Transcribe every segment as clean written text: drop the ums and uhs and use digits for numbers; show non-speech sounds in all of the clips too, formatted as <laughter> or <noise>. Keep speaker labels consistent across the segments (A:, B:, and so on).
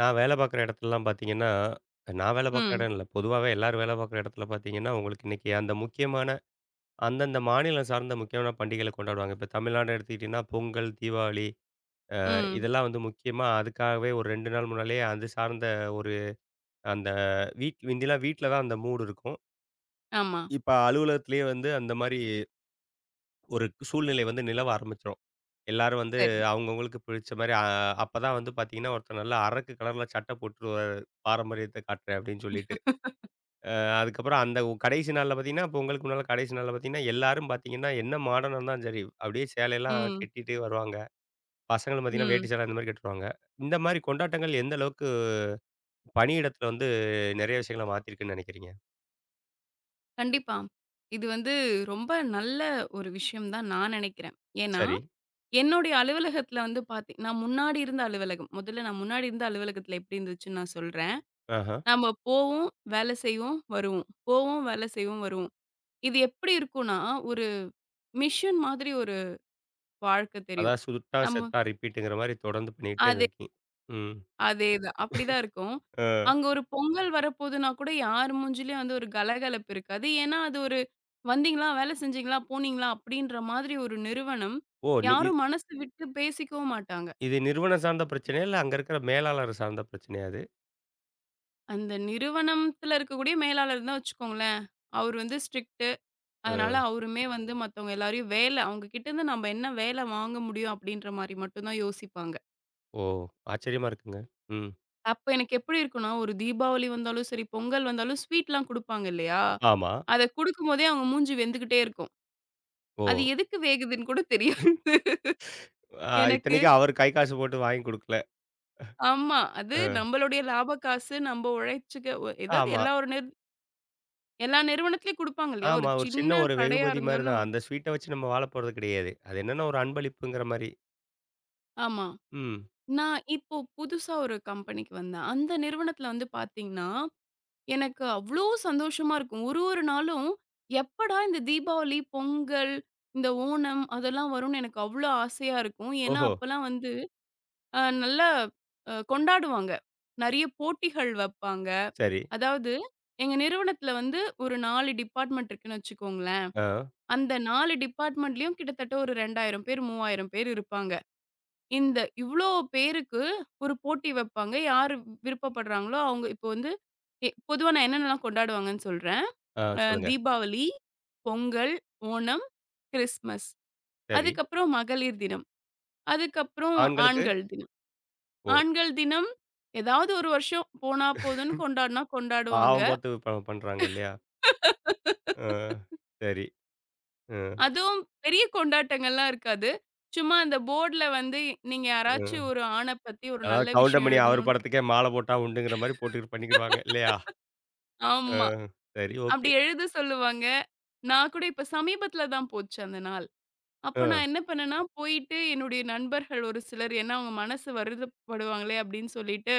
A: நான் வேலை பார்க்குற இடத்துலலாம் பார்த்தீங்கன்னா, நான் வேலை பார்க்குற
B: ம்,
A: இடம் இல்ல. பொதுவாவே எல்லாரும் வேலை பார்க்குற இடத்துல பார்த்தீங்கன்னா, உங்களுக்கு இன்னைக்கு அந்த முக்கியமான அந்தந்த மாநிலம் சார்ந்த முக்கியமான பண்டிகைகள கொண்டாடுவாங்க. இப்ப தமிழ்நாடு எடுத்துக்கிட்டீங்கன்னா, பொங்கல், தீபாவளி
B: ம்.
A: இதெல்லாம் வந்து முக்கியமா அதுக்காகவே ஒரு 2 நாள் முன்னாலேயே அது சார்ந்த ஒரு அந்த வீட் முந்திலாம் வீட்ல தான் அந்த மூடு இருக்கும்.
B: ஆமா.
A: இப்ப அலுவலகத்திலேயே வந்து அந்த மாரி ஒரு சூழ்நிலை வந்து நிலவ ஆரம்பிச்சுரும். எல்லாரும் வந்து
B: சரி.
A: அவங்கவங்களுக்கு பிடிச்ச மாரி அப்பதான் வந்து பார்த்தீங்கன்னா, ஒருத்தன் நல்லா அரக்கு கலர்ல சட்டை போட்டு வருவாரு. பாரம்பரியத்த காட்டுறேன் அப்படின்னு சொல்லிட்டு. அதுக்கப்புறம் அந்த கடைசி நாள்ல பார்த்தீங்கன்னா, பொங்கலுக்கு முன்னால கடைசி நாள்ல பார்த்தீங்கன்னா, எல்லாரும் பார்த்தீங்கன்னா, என்ன மாடர்னா இருந்தாலும் சரி, அப்படியே சேலையெல்லாம்
B: ம்,
A: கட்டிட்டு வருவாங்க. பசங்களும் பார்த்தீங்கன்னா,
B: ம்.
A: வேட்டி சேலை அந்த மாரி கட்டுவாங்க. இந்த மாரி கொண்டாட்டங்கள் எந்த அளவுக்கு பணியிடத்தில வந்து நெறைய விஷயங்கள மாத்திருக்குன்னு நெனைக்கிறீங்க?
B: கண்டிப்பா. இது வந்து ரொம்ப நல்ல ஒரு விஷயம் தான் நான் நினைக்கிறேன். ஏன்னா,
A: சரி.
B: என்னுடைய அலுவலகத்தில வந்து நான் முன்னாடி இருந்த அலுவலகம். முதல்ல நான் முன்னாடி இருந்த அலுவலகத்தில எப்படி இருந்துச்சுன்னு நான் சொல்றேன்.
A: ஆஹா.
B: நம்ம போவோம், வேலை செய்வோம், வருவோம். போவோம், வேலை செய்வோம், வருவோம். இது எப்படி இருக்கும்னா, ஒரு மிஷன் மாதிரி ஒரு வாழ்க்கை தெரியும்.
A: அதாவது சுட்டா,
B: நம்ம
A: செத்தா, ரிப்பீட்டுங்கிற மாரி தொடர்ந்து பண்ணிக்கிட்டே
B: அது
A: இருந்திருக்கீங்க. ம்.
B: அதேதான். அப்படிதான் இருக்கும்.
A: அ
B: அங்க ஒரு பொங்கல் வரப்போதுன்னா கூட யார் மூஞ்சிலயும் வந்து ஒரு கலகலப்பு இருக்காது. ஏன்னா, அது ஒரு வந்தீங்களா, வேலை செஞ்சீங்களா, போனீங்களா அப்படின்ற மாதிரி ஒரு நிறுவனம்.
A: ஓ! நி இ
B: யாரும் மனசு விட்டு பேசிக்கவும் மாட்டாங்க.
A: இது நிறுவனம் சார்ந்த பிரச்சனையா? இல்ல அங்க இருக்கிற மேலாளர் சார்ந்த பிரச்சனையா இது?
B: அந்த நிறுவனத்துல இருக்கக்கூடிய மேலாளர் தான் வச்சுக்கோங்களேன். அவரு வந்து ஸ்ட்ரிக்ட்டு. அதனால
A: அ.
B: அவருமே வந்து மத்தவங்க எல்லாரையும் வேலை அவங்க கிட்ட இருந்து நம்ம என்ன வேலை வாங்க முடியும் அப்படின்ற மாரி மட்டும் தான் யோசிப்பாங்க.
A: ஓ! ஆச்சரியமா இருக்குங்க. ம்.
B: அப்ப எனக்கு எப்படி இருக்கும்னா, ஒரு தீபாவளி வந்தாலும் சரி, பொங்கல் வந்தாலும் ஸ்வீட்லாம் குடுப்பாங்க இல்லையா?
A: ஆமா.
B: அத குடுக்கும்போதே அவங்க மூஞ்சி வெந்துகிட்டே இருக்கும். அது
A: ஓ!
B: எதுக்கு வேகுதுன்னு கூட தெரியாது.
A: <laughs> அ
B: எனக்கு
A: இத்தனைக்கும் அவரு கை காசு போட்டு வாங்கி குடுக்கல.
B: ஆமா. அது
A: அ.
B: நம்மளுடைய லாப காசு நம்ம உழைச்சுக்க ஏதாவது
A: ஆமா,
B: எல்லா நிறுவனத்திலயும் குடுப்பாங்க இல்லையா? ஒரு
A: ஆமா. ஒரு சின்ன
B: சின்ன
A: ஒரு
B: கடையா
A: வெகுமதி மாரி தான்.
B: இருந்தாலும்
A: அந்த ஸ்வீட்ட வச்சு நம்ம வாழ போறது கிடையாது. அது என்னன்னா ஒரு அன்பளிப்புங்கிற மாரி.
B: ஆமா.
A: ம்.
B: நான் இப்போ புதுசா ஒரு கம்பெனிக்கு வந்தேன். அந்த நிறுவனத்தில வந்து பார்த்தீங்கன்னா, எனக்கு அவ்ளோ சந்தோஷமா இருக்கும். ஒரு ஒரு நாளும் எப்படா இந்த தீபாவளி, பொங்கல், இந்த ஓணம் அதெல்லாம் வரும்னு எனக்கு அவ்ளோ ஆசையா இருக்கும். ஏன்னா,
A: ஓஹோ!
B: அப்பலாம் வந்து நல்லா கொண்டாடுவாங்க. நெறைய போட்டிகள் வப்பாங்க.
A: சரி.
B: அதாவது எங்க நிறுவனத்தில வந்து ஒரு 4 டிபார்ட்மெண்ட் இருக்குன்னு வச்சுக்கோங்களேன்.
A: ஆ,
B: அந்த 4 டிபார்ட்மெண்ட்லயும் கிட்டத்தட்ட ஒரு 2000 பேர், 3000 பேர் இருப்பாங்க. இந்த இவ்ளோ பேருக்கு ஒரு போட்டி வப்பாங்க. யாரு விருப்பப்படுறாங்களோ அவங்க இப்போ வந்து பொதுவா நான் என்னென்னலாம் கொண்டாடுவாங்கன்னு சொல்றேன்.
A: ஆ சொல்லுங்க.
B: தீபாவளி, பொங்கல், ஓணம், கிறிஸ்மஸ்.
A: சரி.
B: அதுக்கப்புறம் மகளிர் தினம். அதுக்கப்புறம்
A: ஆண்களுக்கு
B: ஆண்கள் தினம்.
A: ஓ!
B: ஆண்கள் தினம் ஏதாவது ஒரு வருஷம் போனா போதும்ன்னு கொண்டாடுனா கொண்டாடுவாங்க.
A: பாவம் பார்த்து பண்றாங்க இல்லையா? ஆ சரி. அ,
B: அதுவும் பெரிய கொண்டாட்டங்கள்லாம் இருக்காது. சும்மா அந்த போர்டுல வந்து நீங்க யாராச்சும்
A: ம்.
B: ஒரு ஆண பத்தி ஒரு
A: அதாவது
B: நல்ல
A: கவுண்டம்
B: விஷயம்
A: பண்ணி அவர்
B: எழுதணும்னு
A: படத்துக்கே மாலை போட்டா உண்டுங்கிற மாரி போட்டுக்கிட்டு பண்ணிக்கிடுவாங்க இல்லையா? ஆ
B: ஆமா.
A: சரி ஓகே.
B: அப்படி எழுத சொல்லுவாங்க. நான் கூட இப்ப சமீபத்தில தான் போச்சு அந்த நாள்.
A: ஆ
B: அப்ப நான் என்ன பண்ணேன்னா, போயிட்டு என்னுடைய நண்பர்கள் ஒரு சிலர் ஏன்னா அவங்க மனசு வருத்தப்படுவாங்களே அப்படின்னு சொல்லிட்டு,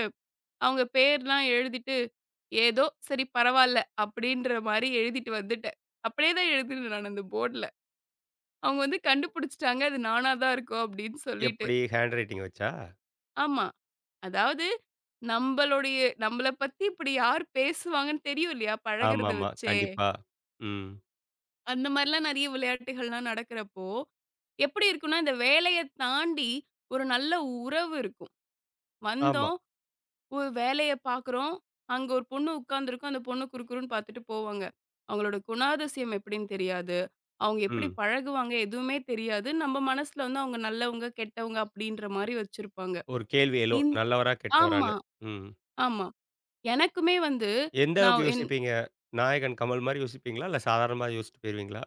B: அவங்க பேர்லாம் எழுதிட்டு, ஏதோ சரி பரவால்ல அப்படின்ற மாரி எழுதிட்டு வந்துட்டேன். அப்படியே தான் எழுதினேன் நான் அந்த போர்டுல. அவங்க வந்து கண்டுபிடிச்சுட்டாங்க. அது நானா தான் இருக்கும் அப்படின்னு சொல்லிட்டு.
A: எப்படி ஹேண்ட் ரைட்டிங் வச்சா?
B: ஆமா. அதாவது நம்பளுடைய நம்மள பத்தி இப்படி யார் பேசுவாங்கன்னு தெரியும் இல்லையா? பழகுறத
A: ஆமாமா.
B: வச்சே.
A: கண்டிப்பா. ம்.
B: அந்த மாரிலாம் நெறைய விளையாட்டுகள்லாம் நடக்கிறப்போ, எப்படி இருக்கும்னா, இந்த வேலைய தாண்டி ஒரு நல்ல உறவு இருக்கும்.
A: ஆமா.
B: வந்தோம், ஒரு வேலைய பார்க்குறோம். அங்க ஒரு பொண்ணு உட்காந்துருக்கும். அந்த பொண்ணு குறுகுறுன்னு பார்த்துட்டு போவாங்க. அவங்களோட குணாதிசயம் எப்படின்னு தெரியாது. அவங்க எப்படி
A: ம்.
B: பழகுவாங்க எதுவுமே தெரியாது. நம்ம மனசுல வந்து அவங்க நல்லவங்க, கெட்டவங்க அப்படின்ற மாரி வச்சிருப்பாங்க.
A: ஒரு கேள்வி எழும்.
B: இந்
A: நல்லவரா?
B: ஆமா,
A: கெட்டவரான்னு. ம்.
B: ஆமா. எனக்குமே வந்து
A: எந்த அளவுக்கு
B: நான் என்
A: யோசிப்பீங்க? நாயகன் கமல் மாரி யோசிப்பீங்களா? இல்ல சாதாரணமா யோசிச்சுட்டு போயிருவீங்களா?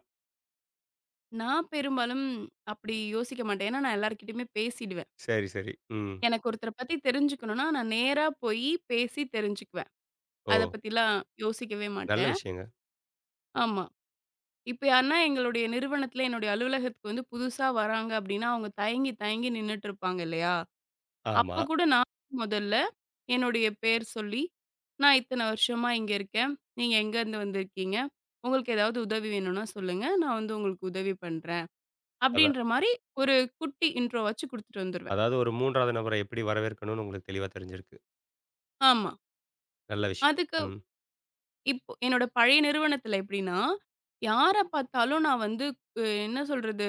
B: நான் பெரும்பாலும் அப்படி யோசிக்க மாட்டேன். ஏன்னா, நான் எல்லார்கிட்டயுமே பேசிடுவேன்.
A: சரி, சரி. ம்.
B: எனக்கு ஒருத்தர பத்தி தெரிஞ்சுக்கணும்னா, நான் நேரா போயி பேசி தெரிஞ்சுக்குவேன்.
A: ஓ!
B: அத பத்திலாம் யோசிக்கவே
A: நல்ல
B: மாட்டேன்.
A: விஷயங்க.
B: ஆமா. இப்ப யாருன்னா எங்களுடைய நிறுவனத்தில, என்னுடைய அலுவலகத்துக்கு வந்து புதுசா வராங்க அப்படின்னா, அவங்க தயங்கி தயங்கி நின்னுட்டு இருப்பாங்க இல்லையா?
A: ஆமா.
B: அப்ப கூட நான் முதல்ல என்னுடைய பேர் சொல்லி, "நான் இத்தன வருஷமா இங்க இருக்கேன். நீங்க எங்கேருந்து வந்திருக்கீங்க? உங்களுக்கு ஏதாவது உதவி வேணும்னா சொல்லுங்க. நான் வந்து உங்களுக்கு உதவி பண்றேன்."
A: அதான்.
B: அப்படின்ற மாரி ஒரு குட்டி இன்ட்ரோ வச்சு குடுத்துட்டு வந்துருவேன்.
A: அதாவது ஒரு 3வது நபரை எப்படி வரவேற்கணும்னு உங்களுக்கு தெளிவா தெரிஞ்சிருக்கு.
B: ஆமா.
A: நல்ல விஷயம்.
B: அதுக்கு
A: ம்.
B: இப்போ என்னோட பழைய நிறுவனத்துல எப்படின்னா, யார பார்த்தாலும் நான் வந்து என்ன சொல்றது?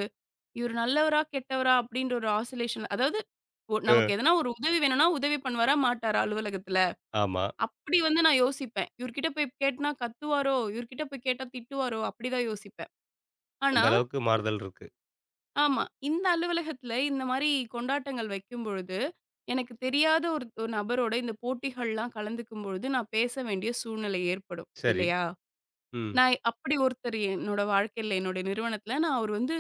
B: இவர் நல்லவரா? கெட்டவரா? அப்படின்ற ஒரு ஆசோலேஷன் அதாவது நமக்கு எதனா ஒரு உதவி வேணும்னா, உதவி பண்ணுவாரா? மாட்டாரா? அலுவலகத்துல?
A: ஆமா.
B: அப்படி வந்து நான் யோசிப்பேன். இவர்கிட்ட போய் கேட்டனா கத்துவாரோ? இவர்கிட்ட போய் கேட்டா திட்டுவாரோ? அப்படிதான் யோசிப்பேன். ஆனா
A: அந்த அளவுக்கு
B: இ
A: மாறுதல் இருக்கு.
B: ஆமா. இந்த அலுவலகத்துல இந்த மாரி கொண்டாட்டங்கள் வைக்கும்பொழுது, எனக்கு தெரியாத ஒரு ஒரு நபரோட இந்த போட்டிகள்லாம் கலந்துக்கும் பொழுது, நான் பேச வேண்டிய சூழ்நிலை ஏற்படும்.
A: சரி.
B: இல்லையா?
A: ம்.
B: நான் அப்படி ஒருத்தர் என்னோட வாழ்க்கையில, என்னோட நிறுவனத்துல நான் அவர் வந்து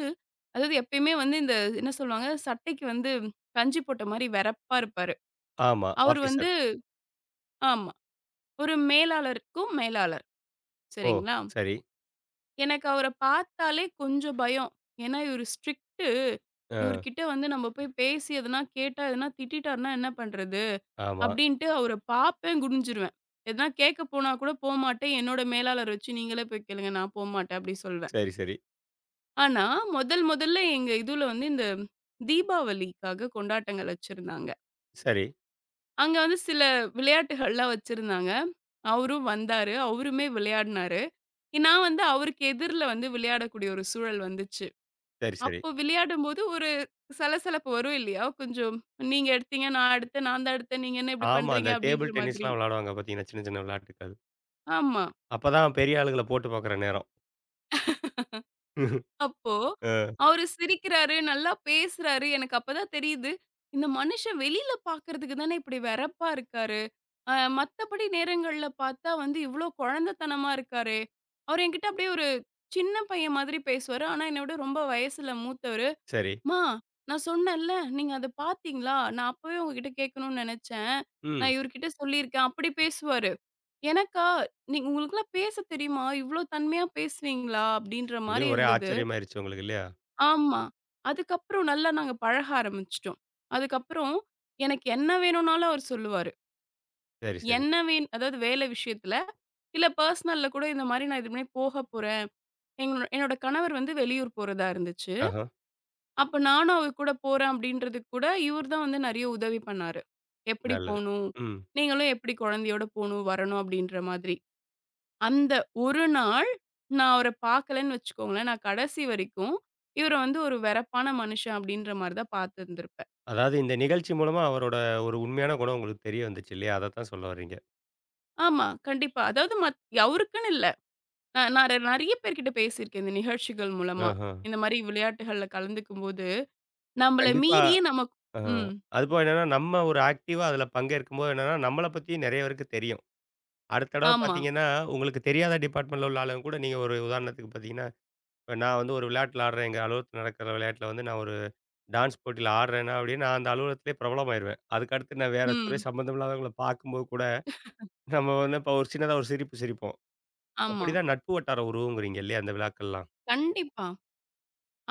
B: அதாவது எப்பயுமே வந்து இந்த என்ன சொல்லுவாங்க? சட்டைக்கு வந்து கஞ்சி போட்ட மாரி வெறப்பா இருப்பாரு.
A: ஆமா.
B: அவரு வந்து
A: ஆஃபீசர்.
B: ஆமா. ஒரு மேலாளருக்கும் மேலாளர்.
A: ஓ!
B: சரிங்களா?
A: சரி.
B: எனக்கு அவர பார்த்தாலே கொஞ்சம் பயம். ஏன்னா இவரு ஸ்ட்ரிக்ட்டு.
A: அ.
B: இவருகிட்ட வந்து நம்ம போய் பேசி எதனா கேட்டா, எதனா திட்டிட்டாருன்னா என்ன பண்றது?
A: ஆமா.
B: அப்டின்ட்டு அவர பார்ப்பேன், குனிஞ்சிருவேன். எதனா கேட்க போனா கூட போமாட்டேன். என்னோட மேலாளர வச்சு நீங்களே போய் கேளுங்க. நான் போமாட்டேன் அப்டி சொல்வேன்.
A: சரி, சரி.
B: ஆனா, முதல் முதல்ல எங்க இதுல வந்து இந்த தீபாவளிக்காக கொண்டாட்டங்கள் வச்சிருந்தாங்க.
A: சரி,
B: அங்க வந்து சில விளையாட்டுகள்லாம் வச்சிருந்தாங்க. அவரும் வந்தாரு. அவருமே விளையாடுனாரு. நான் வந்து அவருக்கு எதிர்ல வந்து விளையாடக்கூடிய ஒரு சூழல் வந்துச்சு.
A: சரி, சரி.
B: அப்போ விளையாடும்போது ஒரு சலசலப்பு வரும் இல்லையா? கொஞ்சம் நீங்க எடுத்தீங்க, நான் எடுத்தேன், நான் தான் எடுத்தேன், நீங்க என்ன இப்படி
A: ஆமா. அந்த
B: பண்றீங்க? அப்படின்ற
A: டேபிள்
B: மாதிரி.
A: டென்னிஸ்லாம் விளையாடுவாங்க பார்த்தீங்கன்னா, சின்ன சின்ன விளையாட்டுக்கள்.
B: ஆமா.
A: அப்பதான் பெரிய ஆளுகள போட்டு பார்க்குற நேரம்.
B: அப்போ
A: அ.
B: அவரு சிரிக்கிறாரு, நல்லா பேசுறாரு. எனக்கு அப்பதான் தெரியுது, இந்த மனுஷன் வெளியில பார்க்கறதுக்கு தானே இப்படி வெறப்பா இருக்காரு. அ மத்தபடி நேரங்கள்ல பார்த்தா வந்து இவ்ளோ குழந்தைத்தனமா இருக்காரே! அவரு என்கிட்ட அப்படியே ஒரு சின்ன பையன் மாதிரி பேசுவாரு. ஆனா, என்ன விட ரொம்ப வயசுல மூத்தவரு.
A: சரி.
B: மா, நான் சொன்னேன்ல, நீங்க அத பார்த்தீங்களா? நான் அப்பவே உங்ககிட்ட கேட்கணும்னு நெனச்சேன்.
A: ம்.
B: நான் இவர்கிட்ட சொல்லியிருக்கேன். அப்படி பேசுவாரு. எனக்கா, நீங்க உங்களுக்கெல்லாம் பேசத் தெரியுமா? இவ்ளோ தன்மையா பேசுவீங்களா? அப்படின்ற மாரி
A: அப்படின்னு ஒரே
B: இருந்தது.
A: ஆச்சரியமாயிருச்சு உங்களுக்கு இல்லையா?
B: ஆமா. அதுக்கப்புறம் நல்லா நாங்க பழக ஆரம்பிச்சுட்டோம். அதுக்கப்புறம் எனக்கு என்ன வேணும்னாலும் அவர் சொல்லுவாரு.
A: சரி, சரி.
B: என்ன வேண் அதாவது வேலை விஷயத்துல, இல்ல பர்சனல்ல கூட இந்த மாரி நான் இதுக்கு முன்னாடி போகப் போறேன். எங்களோ என்னோட கணவர் வந்து வெளியூர் போறதா இருந்துச்சு.
A: ஆஹா,
B: அப்ப நானும் அவ கூட போறேன் அப்படின்றதுக்கு கூட இவர் தான் வந்து நிறைய உதவி பண்ணாரு. எப்படி
A: நல்லது.
B: போணும்?
A: ம்.
B: நீங்களும் எப்படி குழந்தையோட போணும், வரணும் அப்படின்ற மாதிரி. அந்த ஒரு நாள் நான் அவர பார்க்கலன்னு வச்சுக்கோங்களேன், நான் கடைசி வரைக்கும் இவர வந்து ஒரு வெறப்பான மனுஷன் அப்படின்ற மாரி தான் பார்த்துருந்திருப்பேன்.
A: அதாவது இந்த நிகழ்ச்சி மூலமா அவரோட ஒரு உண்மையான குணம் உங்களுக்கு தெரிய வந்துச்சு இல்லையா? அதத்தான் சொல்ல வர்றீங்க.
B: ஆமா, கண்டிப்பா. அதாவது அவருக்குன்னு இல்ல. நான் நான் ரெ- நிறைய பேர்கிட்ட பேசியிருக்கேன் இந்த நிகழ்ச்சிகள் மூலமா.
A: ஆஹா.
B: இந்த மாரி விளையாட்டுகள்ல கலந்துக்கும்போது, நம்மள
A: கண்டிப்பா.
B: மீறியே நமக்கு
A: அ
B: ம்.
A: அதுபோக என்னன்னா, நம்ம ஒரு ஆக்டிவா அதில பங்கேற்கும்போது என்னன்னா, நம்மள பத்தி நெறைய பேருக்கு தெரியும். அடுத்த தடவ
B: ஆமா.
A: பார்த்தீங்கன்னா, உங்களுக்கு தெரியாத டிபார்ட்மெண்ட்ல உள்ள ஆளுங்க கூட நீங்க ஒரு உதாரணத்துக்கு பார்த்தீங்கன்னா, இப்ப நான் வந்து ஒரு விளையாட்டுல ஆடுறேன். எங்க அலுவலகத்துல நடக்கிற விளையாட்டுல வந்து நான் ஒரு டான்ஸ் போட்டியில ஆடுறேன்னா, அப்படின்னு நான் அந்த அலுவலகத்திலேயே பிரபலமாயிருவேன். அதுக்கடுத்து நான் வேற துறை
B: ம்.
A: சம்மந்தம் இல்லாதவங்கள பார்க்கும்போது கூட நம்ம வந்து இப்ப ஒரு சின்னதா ஒரு சிரிப்பு சிரிப்போம்.
B: ஆமா.
A: அப்படிதான் நட்பு வட்டாரம் உருவுங்கிறீங்க இல்லையா? அந்த விழாக்கள்லாம்.
B: கண்டிப்பா.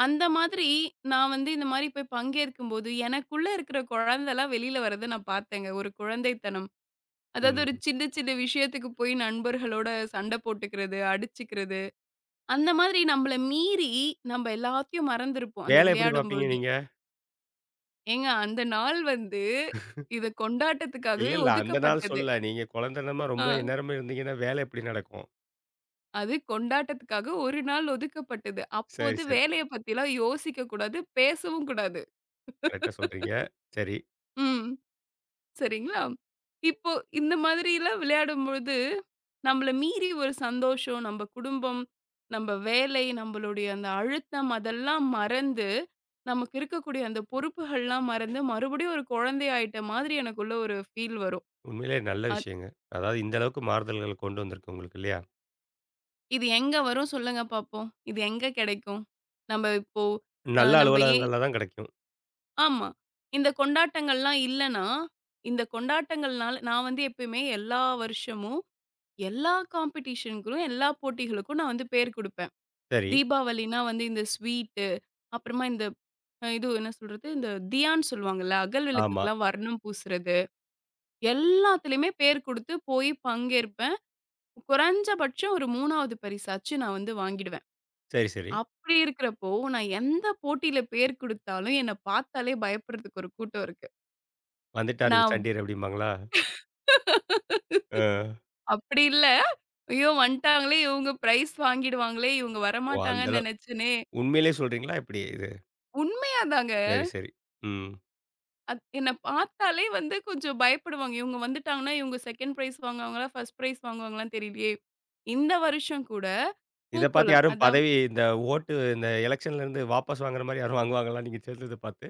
B: அந்த மாதிரி நான் வந்து இந்த மாரி போய் பங்கேற்கும்போது, எனக்குள்ள இருக்கிற குழந்தலாம் வெளில வரத நான் பார்த்தேங்க. ஒரு குழந்தைத்தனம். அதாவது ஒரு
A: ம்.
B: சின்ன சின்ன விஷயத்துக்கு போய் நண்பர்களோட சண்ட போட்டுக்கிறது, அடிச்சுக்கிறது. அந்த மாதிரி நம்மள மீறி நம்ப எல்லாத்தையும் மறந்திருப்போம், அந்த
A: வேலை எப்படி
B: விளையாடும்
A: பார்ப்பீங்க
B: பொழுது.
A: நீங்க?
B: ஏங்க அந்த நாள் வந்து இது
A: இல்ல,
B: கொண்டாட்டத்துக்காகவே
A: இல்ல. அந்த நாள்
B: ஒதுக்கப்பட்டது.
A: சொல்லல. நீங்க குழந்தனமா ரொம்ப
B: ஆ.
A: எந்நேரமும் இருந்தீங்கன்னா, வேலை எப்படி நடக்கும்?
B: அது கொண்டாட்டத்துக்காக ஒரு நாள் ஒதுக்கப்பட்டது. அப்போ
A: சரி,
B: வந்து
A: சரி.
B: வேலைய பத்திலாம் யோசிக்க கூடாது, பேசவும் கூடாது.
A: கரெக்ட்டா சொல்றீங்க. சரி.
B: ம். சரிங்களா? இப்போ இந்த மாதிரிலாம் விளையாடும்பொழுது, நம்மள மீறி ஒரு சந்தோஷம், நம்ப குடும்பம், நம்ப வேலை, நம்மளுடைய அந்த அழுத்தம் அதெல்லாம் மறந்து, நமக்கு இருக்கக்கூடிய அந்த பொறுப்புகள்லாம் மறந்து, மறுபடியும் ஒரு குழந்தை ஆயிட்ட மாதிரி எனக்குள்ள ஒரு ஃபீல் வரும்.
A: உண்மையிலேயே நல்ல
B: அத்
A: விஷயங்க. அதாவது இந்த அளவுக்கு மாறுதல்கள் கொண்டு வந்திருக்கு உங்களுக்கு இல்லையா?
B: இது எங்க வரும் சொல்லுங்க பாப்போம்? இது எங்க கிடைக்கும்? நம்ப இப்போ அ
A: நல்ல
B: நம்ப ஏ
A: அலுவலகங்கள்ல தான் கிடைக்கும்.
B: ஆமா. இந்த கொண்டாட்டங்கள்லாம் இல்லன்னா, இந்த கொண்டாட்டங்கள்னால நான் வந்து எப்பயுமே எல்லா வருஷமும் எல்லா காம்படிஷனுக்கும், எல்லா போட்டிகளுக்கும் நான் வந்து பேர் குடுப்பேன்.
A: சரி.
B: தீபாவளினா வந்து இந்த ஸ்வீட்டு, அப்புறமா இந்த இது என்ன சொல்றது? இந்த தியான்னு சொல்லுவாங்கல்ல, அகல்
A: ஆமா.
B: விளக்குக்குலாம் வர்ணம் பூசுறது. எல்லாத்துலயுமே பேர் குடுத்து போய் பங்கேற்பேன். குறைஞ்சபட்சம் ஒரு 3வது பரிசாச்சும் நான் வந்து வாங்கிடுவேன்.
A: சரி, சரி.
B: அப்படி இருக்கிறப்போ, நான் எந்த போட்டியில பேர் குடுத்தாலும் என்ன பார்த்தாலே பயப்படுறதுக்கு ஒரு கூட்டம் இருக்கு.
A: வந்துட்டாரு
B: நான்
A: சண்டீர் அப்படிம்பாங்களா? அ.
B: அப்படி இல்ல, "ஐயோ! வந்துட்டாங்களே, இவங்க பிரைஸ் வாங்கிடுவாங்களே, இவங்க
A: ஓ! அந்த
B: வரமாட்டாங்கன்னு"
A: அளவு
B: நெனச்சேனே
A: உண்மையிலேயே சொல்றீங்களா எப்படி இது?
B: உண்மையா தாங்க.
A: சரி, சரி. ம்.
B: என்ன பார்த்தாலே வந்து கொஞ்சம் பயப்படுவாங்க. இவங்க வந்துட்டாங்கன்னா, இவங்க 2nd பிரைஸ் வாங்குவாங்களா? 1 பிரைஸ் வாங்குவாங்களான்னு தெரியலையே! இந்த வருஷம் கூட
A: இத பார்த்து
B: பூக்கோளம்.
A: யாரும்
B: அதாவது
A: பதவி இந்த ஓட்டு இந்த எலக்ஷன்லேருந்து வாபஸ் வாங்குற மாரி யாரும் வாங்குவாங்களா? நீங்க சேர்ந்தத பார்த்து?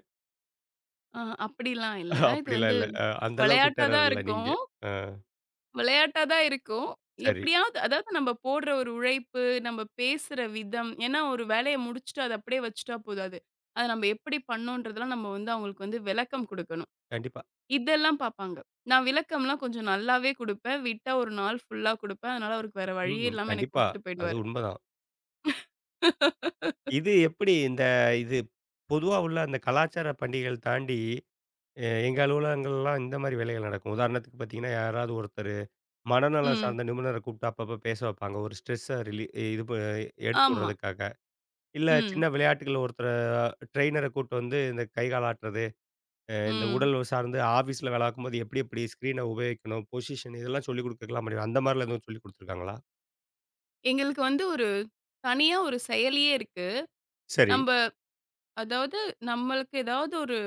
B: அப்படிலாம் இல்ல. இது
A: அப்படிலாம் <laughs>
B: வந்து
A: இல்ல. அந்த அளவுக்கு
B: விளையாட்டா
A: டெரர்
B: தான்
A: இல்ல நீங்க.
B: இருக்கும்.
A: அ
B: விளையாட்டா தான் இருக்கும்.
A: சரி.
B: எப்படியாவது அதாவது நம்ம போடுற ஒரு உழைப்பு, நம்ம பேசுற விதம் ஏன்னா ஒரு வேலைய முடிச்சுட்டு அத அப்படியே வச்சுட்டா போதாது. அத நம்ம எப்படி பண்ணோன்றதெல்லாம் நம்ம வந்து அவங்களுக்கு வந்து விளக்கம் குடுக்கணும்.
A: கண்டிப்பா.
B: இதெல்லாம் பார்ப்பாங்க. நான் விளக்கம்லாம் கொஞ்சம் நல்லாவே குடுப்பேன். விட்டா ஒரு நாள் ஃபுல்லா குடுப்பேன். அதனால அவருக்கு வேற வழியே
A: ம்.
B: இல்லாம எனக்கு
A: கண்டிப்பா.
B: குடுத்துட்டு
A: அது
B: போயிடுவாரு.
A: உண்மதான். இது எப்படி இந்த இது பொதுவா உள்ள அந்த கலாச்சார பண்டிகைகள் தாண்டி, எங்க அலுவலகங்கள்லாம் இந்த மாரி வேலைகள் நடக்கும். உதாரணத்துக்கு பார்த்தீங்கன்னா, யாராவது ஒருத்தரு மனநலம்
B: ம்.
A: சார்ந்த நிபுணர கூப்பிட்டு அப்பப்ப பேச வைப்பாங்க. ஒரு ஸ்ட்ரெஸ்ஸ ரிலீ இது எடுத்து
B: ஆமா.
A: விடுறதுக்காக. இல்ல
B: ம்.
A: சின்ன விளையாட்டுகள்ல ஒருத்தர ட்ரெய்னர கூட்டு வந்து இந்த கை கால் ஆட்டுறது இந்த
B: ம்.
A: உடல் சார்ந்து ஆஃபீஸ்ல வேலை பார்க்கும்போது எப்படி எப்படி ஸ்க்ரீனை உபயோகிக்கணும், பொசிஷன் இதெல்லாம் சொல்லிக் கொடுக்கலாம் முடியும். அந்த மாரிலாம் எதுவும் சொல்லிக் குடுத்துருக்காங்களா?
B: எங்களுக்கு வந்து ஒரு தனியா ஒரு செயலியே இருக்கு.
A: சரி.
B: நம்ப அதாவது நம்மளுக்கு ஏதாவது ஒரு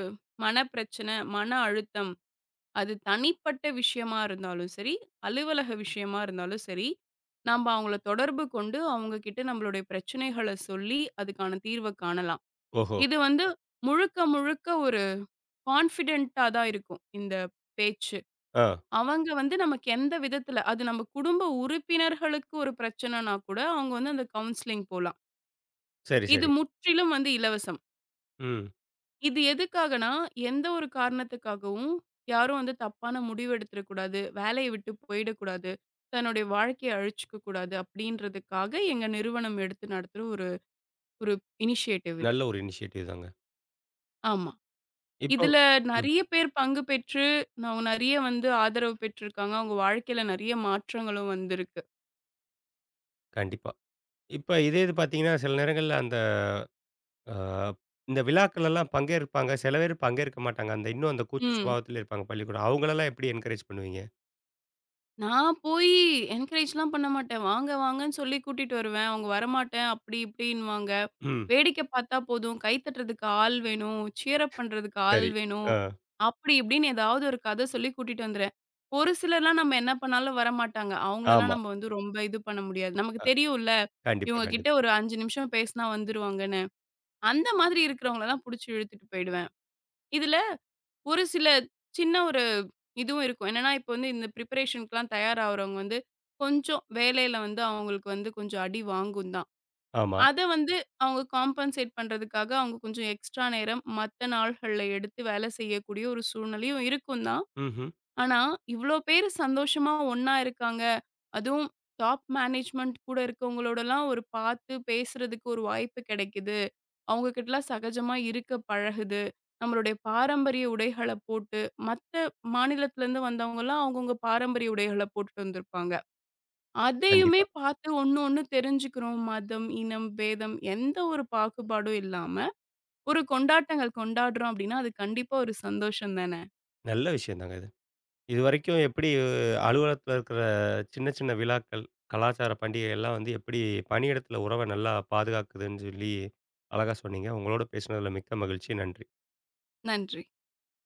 B: மனப்பிரச்சனை, மன அழுத்தம் அது தனிப்பட்ட விஷயமா இருந்தாலும் சரி, அலுவலக விஷயமா இருந்தாலும் சரி, நம்ப அவங்கள தொடர்பு கொண்டு அவங்க கிட்ட நம்மளுடைய பிரச்சனைகள சொல்லி அதுக்கான தீர்வ காணலாம்.
A: ஓஹோ!
B: இது வந்து முழுக்க, முழுக்க ஒரு கான்ஃபிடென்ட்டா தான் இருக்கும். இந்த பேச்சு.
A: ஆ.
B: அவங்க வந்து நமக்கு எந்த விதத்துல அது நம்ம குடும்ப உறுப்பினர்களுக்கு ஒரு பிரச்சனனா கூட, அவங்க வந்து அந்த கவுன்சிலிங் போலாம்.
A: சரி,
B: இது
A: சரி.
B: முற்றிலும் வந்து இலவசம்.
A: ம்.
B: இது எதுக்காகனா, எந்த ஒரு காரணத்துக்காகவும் யாரும் வந்து தப்பான முடிவு எடுத்துறக் கூடாது. வேலைய விட்டு போயிடக்கூடாது. தன்னுடைய வாழ்க்கைய அழிச்சுக்க கூடாது. அப்டின்றதுக்காக எங்க நிறுவனம் எடுத்து நடத்துற ஒரு ஒரு இனிஷியேட்டிவ் இது.
A: நல்ல ஒரு இனிஷியேட்டிவ் தாங்க.
B: ஆமா.
A: இப்போ
B: இதுல
A: ம்.
B: நெறைய பேர் பங்கு பெற்று, அவங்க நெறைய வந்து ஆதரவு பெற்றிருக்காங்க. அவங்க வாழ்க்கையில நெறைய மாற்றங்களும் வந்திருக்கு.
A: கண்டிப்பா. இப்ப இதே இது பார்த்தீங்கன்னா, சில நேரங்கள்ல அந்த அ இந்த விழாக்கள்லாம் பங்கேற்பாங்க. சில பேர் பங்கேற்க மாட்டாங்க. அந்த இன்னும் அந்த கூச்ச
B: ம்.
A: சுபாவத்தில இருப்பாங்க பள்ளிக்கூடம். அவங்களெல்லாம் எப்படி என்கரேஜ் பண்ணுவீங்க?
B: நான் போய் என்கரேஜ்லாம் பண்ண மாட்டேன். "வாங்க, வாங்கன்னு" சொல்லி கூட்டிட்டு வருவேன். அவங்க வரமாட்டேன் அப்படி இப்படின்னுவாங்க.
A: ம்.
B: வேடிக்கை பார்த்தா போதும், கை தட்டுறதுக்கு ஆள் வேணும், சியரப் பண்றதுக்கு ஆள்
A: சரி.
B: வேணும்,
A: ஆ.
B: அப்படி இப்படின்னு ஏதாவது ஒரு கதை சொல்லி கூட்டிட்டு வந்துருவேன். ஒரு சிலர்லாம் நம்ம என்ன பண்ணாலும் வரமாட்டாங்க. அவங்களலாம்
A: ஆமா.
B: நம்ம வந்து ரொம்ப இது பண்ண முடியாது. நமக்கு
A: அ
B: தெரியும்ல,
A: கண்டிப்பா,
B: இவங்க கிட்ட
A: கண்டிப்பா.
B: ஒரு 5 நிமிஷம் பேசினா வந்துருவாங்கன்னு. அந்த மாதிரி இருக்கிறவங்கள தான் புடிச்சு இழுத்துட்டு போயிடுவேன். இதுல ஒரு சில சின்ன ஒரு இதுவும் இருக்கும். என்னன்னா, இப்ப வந்து இந்த பிரிப்பரேஷன்க்குலாம் தயாராகுறவங்க வந்து, கொஞ்சம் வேலையில வந்து அவங்களுக்கு வந்து கொஞ்சம் அடி வாங்கும் தான்.
A: ஆமா.
B: அத வந்து அவங்க காம்பன்சேட் பண்றதுக்காக அவங்க கொஞ்சம் எக்ஸ்ட்ரா நேரம் மத்த நாள்கள்ல எடுத்து வேலை செய்யக்கூடிய ஒரு சூழ்நிலையும் இருக்கும் தான்.
A: ம்ஹ்ம்.
B: ஆனா, இவ்ளோ பேரு சந்தோஷமா ஒண்ணா இருக்காங்க. அதுவும் டாப் மேனேஜ்மெண்ட் கூட இருக்கவங்களோடலாம் ஒரு பார்த்து பேசுறதுக்கு ஒரு வாய்ப்பு கிடைக்குது. அவங்க கிட்டலாம் சகஜமா இருக்க பழகுது. நம்மளுடைய பாரம்பரிய உடைகள போட்டு, மத்த மாநிலத்திலேருந்து வந்தவங்கலாம் அவங்கவங்க பாரம்பரிய உடைகள போட்டுட்டு வந்திருப்பாங்க. அதையுமே
A: கண்டிப்பா.
B: பார்த்து ஒண்ணு ஒண்ணு தெரிஞ்சுக்கிறோம். மதம், இனம், பேதம் எந்த ஒரு பாகுபாடும் இல்லாம, ஒரு கொண்டாட்டங்கள் கொண்டாடுறோம் அப்படின்னா, அது கண்டிப்பா ஒரு சந்தோஷம் தானே!
A: நல்ல விஷயம் தாங்க இது. இதுவரைக்கும் எப்படி அலுவலகத்துல இருக்கிற சின்ன, சின்ன விழாக்கள், கலாச்சார பண்டிகை எல்லாம் வந்து எப்படி பணியிடத்துல உறவ நல்லா பாதுகாக்குதுன்னு சொல்லி அழகா சொன்னீங்க. உங்களோட பேசினதுல மிக்க மகிழ்ச்சி. நன்றி.
B: நன்றி.